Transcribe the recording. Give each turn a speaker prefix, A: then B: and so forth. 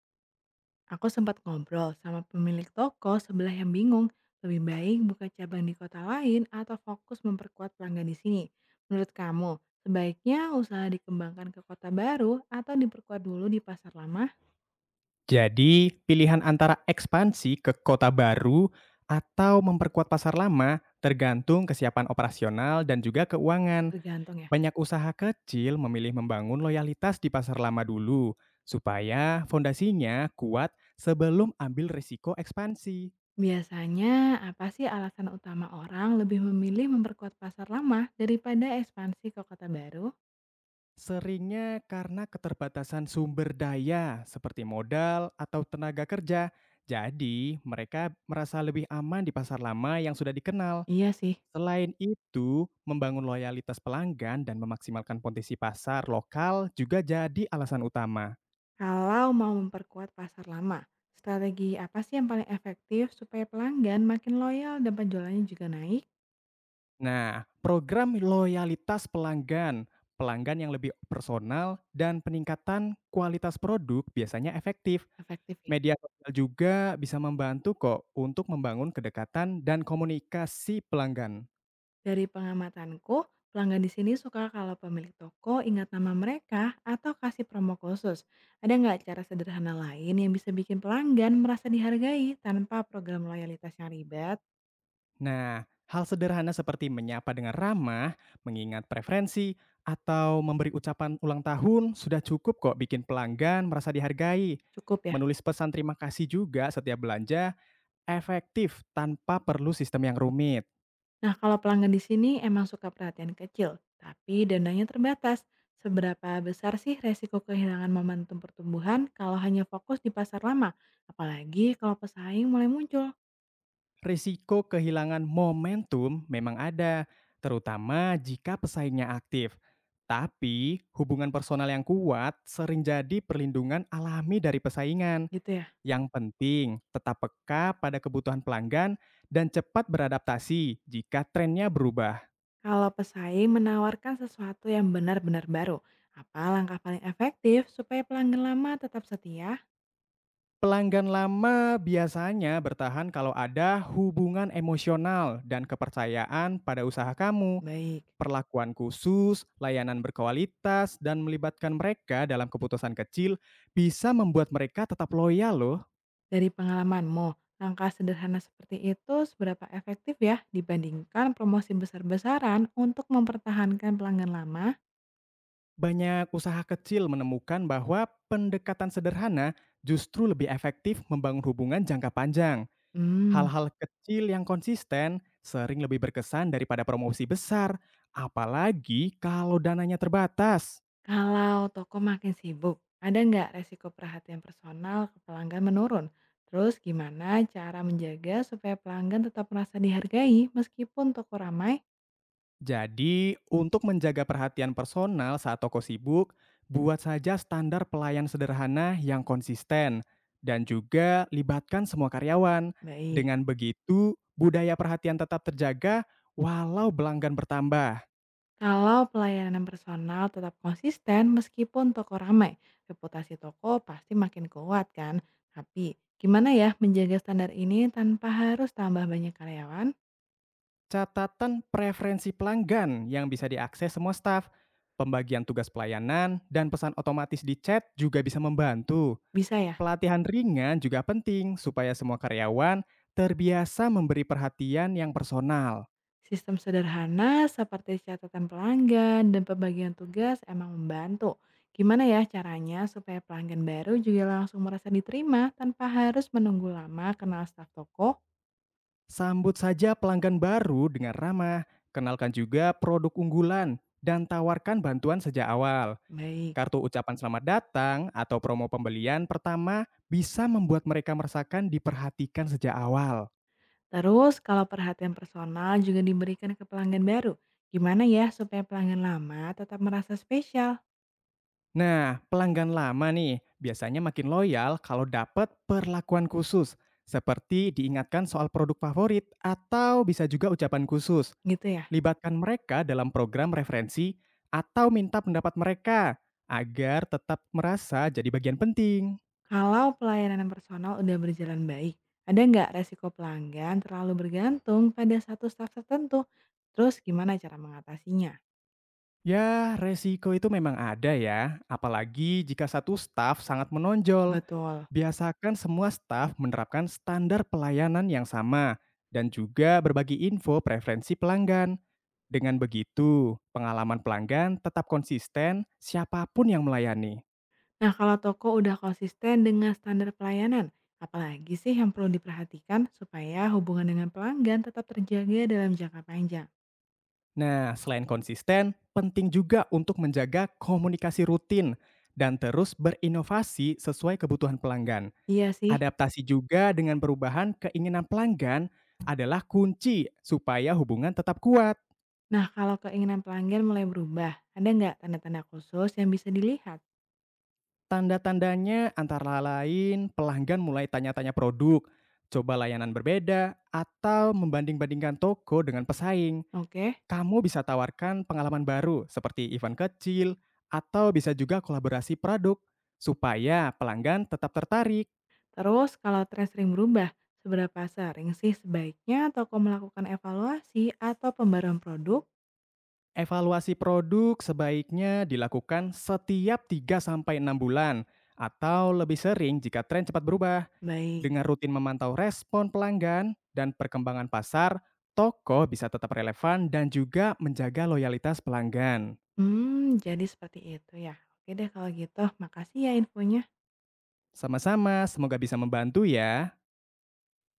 A: Aku sempat ngobrol sama pemilik toko sebelah yang bingung, lebih baik buka cabang di kota lain atau fokus memperkuat pelanggan di sini. Menurut kamu, sebaiknya usaha dikembangkan ke kota baru atau diperkuat dulu di pasar lama?
B: Jadi, pilihan antara ekspansi ke kota baru atau memperkuat pasar lama tergantung kesiapan operasional dan juga keuangan.
A: Tergantung ya.
B: Banyak usaha kecil memilih membangun loyalitas di pasar lama dulu supaya fondasinya kuat sebelum ambil risiko ekspansi.
A: Biasanya apa sih alasan utama orang lebih memilih memperkuat pasar lama daripada ekspansi ke kota baru?
B: Seringnya karena keterbatasan sumber daya seperti modal atau tenaga kerja. Jadi, mereka merasa lebih aman di pasar lama yang sudah dikenal.
A: Iya sih.
B: Selain itu, membangun loyalitas pelanggan dan memaksimalkan potensi pasar lokal juga jadi alasan utama.
A: Kalau mau memperkuat pasar lama, strategi apa sih yang paling efektif supaya pelanggan makin loyal dan penjualannya juga naik?
B: Nah, program loyalitas pelanggan, pelanggan yang lebih personal, dan peningkatan kualitas produk biasanya efektif.
A: Efektif ya?
B: Media sosial juga bisa membantu kok untuk membangun kedekatan dan komunikasi pelanggan.
A: Dari pengamatanku, pelanggan di sini suka kalau pemilik toko ingat nama mereka atau kasih promo khusus. Ada nggak cara sederhana lain yang bisa bikin pelanggan merasa dihargai tanpa program loyalitas yang ribet?
B: Nah, hal sederhana seperti menyapa dengan ramah, mengingat preferensi, atau memberi ucapan ulang tahun sudah cukup kok bikin pelanggan merasa dihargai.
A: Cukup ya?
B: Menulis pesan terima kasih juga setiap belanja efektif tanpa perlu sistem yang rumit.
A: Nah, kalau pelanggan di sini emang suka perhatian kecil, tapi dananya terbatas. Seberapa besar sih resiko kehilangan momentum pertumbuhan kalau hanya fokus di pasar lama? Apalagi kalau pesaing mulai muncul,
B: Risiko kehilangan momentum memang ada, terutama jika pesaingnya aktif. Tapi, hubungan personal yang kuat sering jadi perlindungan alami dari pesaingan.
A: gitu ya?
B: Yang penting, tetap peka pada kebutuhan pelanggan dan cepat beradaptasi jika trennya berubah.
A: Kalau pesaing menawarkan sesuatu yang benar-benar baru, apa langkah paling efektif supaya pelanggan lama tetap setia?
B: Pelanggan lama biasanya bertahan kalau ada hubungan emosional dan kepercayaan pada usaha kamu,
A: Baik,
B: perlakuan khusus, layanan berkualitas, dan melibatkan mereka dalam keputusan kecil bisa membuat mereka tetap loyal loh.
A: dari pengalamanmu, langkah sederhana seperti itu seberapa efektif ya dibandingkan promosi besar-besaran untuk mempertahankan pelanggan lama?
B: Banyak usaha kecil menemukan bahwa pendekatan sederhana justru lebih efektif membangun hubungan jangka panjang.
A: Hmm,
B: Hal-hal kecil yang konsisten sering lebih berkesan daripada promosi besar, apalagi kalau dananya terbatas.
A: kalau toko makin sibuk, ada nggak resiko perhatian personal ke pelanggan menurun? Terus gimana cara menjaga supaya pelanggan tetap merasa dihargai meskipun toko ramai?
B: Jadi, untuk menjaga perhatian personal saat toko sibuk, buat saja standar pelayan sederhana yang konsisten dan juga libatkan semua karyawan.
A: Baik.
B: Dengan begitu, budaya perhatian tetap terjaga walau pelanggan bertambah.
A: Kalau pelayanan personal tetap konsisten meskipun toko ramai, reputasi toko pasti makin kuat kan? Tapi gimana ya menjaga standar ini tanpa harus tambah banyak karyawan?
B: Catatan preferensi pelanggan yang bisa diakses semua staf. Pembagian tugas pelayanan dan pesan otomatis di chat juga bisa membantu.
A: Bisa ya?
B: Pelatihan ringan juga penting supaya semua karyawan terbiasa memberi perhatian yang personal.
A: Sistem sederhana seperti catatan pelanggan dan pembagian tugas emang membantu. Gimana ya caranya supaya pelanggan baru juga langsung merasa diterima tanpa harus menunggu lama kenal staf toko?
B: Sambut saja pelanggan baru dengan ramah, kenalkan juga produk unggulan, dan tawarkan bantuan sejak awal.
A: Baik.
B: Kartu ucapan selamat datang atau promo pembelian pertama bisa membuat mereka merasakan diperhatikan sejak awal.
A: Terus kalau perhatian personal juga diberikan ke pelanggan baru, gimana ya supaya pelanggan lama tetap merasa spesial,
B: Nah, pelanggan lama nih biasanya makin loyal kalau dapat perlakuan khusus, seperti diingatkan soal produk favorit atau bisa juga ucapan khusus.
A: gitu ya?
B: Libatkan mereka dalam program referensi atau minta pendapat mereka agar tetap merasa jadi bagian penting.
A: Kalau pelayanan personal udah berjalan baik, ada nggak resiko pelanggan terlalu bergantung pada satu staff tertentu? Terus gimana cara mengatasinya?
B: Ya, resiko itu memang ada ya, apalagi jika satu staf sangat menonjol.
A: Betul.
B: Biasakan semua staf menerapkan standar pelayanan yang sama dan juga berbagi info preferensi pelanggan. Dengan begitu, pengalaman pelanggan tetap konsisten siapapun yang melayani.
A: Nah, kalau toko udah konsisten dengan standar pelayanan, apalagi sih yang perlu diperhatikan supaya hubungan dengan pelanggan tetap terjaga dalam jangka panjang?
B: Nah, selain konsisten, penting juga untuk menjaga komunikasi rutin dan terus berinovasi sesuai kebutuhan pelanggan.
A: Iya sih.
B: Adaptasi juga dengan perubahan keinginan pelanggan adalah kunci supaya hubungan tetap kuat.
A: Nah, kalau keinginan pelanggan mulai berubah, ada nggak tanda-tanda khusus yang bisa dilihat?
B: Tanda-tandanya antara lain pelanggan mulai tanya-tanya produk, coba layanan berbeda, atau membanding-bandingkan toko dengan pesaing.
A: Oke.
B: Kamu bisa tawarkan pengalaman baru seperti event kecil atau bisa juga kolaborasi produk supaya pelanggan tetap tertarik.
A: Terus, kalau tren sering berubah, seberapa sering sih sebaiknya toko melakukan evaluasi atau pembaruan produk?
B: Evaluasi produk sebaiknya dilakukan setiap 3 sampai 6 bulan atau lebih sering jika tren cepat berubah.
A: Baik.
B: Dengan rutin memantau respon pelanggan dan perkembangan pasar, toko bisa tetap relevan dan juga menjaga loyalitas pelanggan.
A: Hmm, jadi seperti itu ya. Oke deh kalau gitu. Makasih ya infonya.
B: Sama-sama, semoga bisa membantu ya.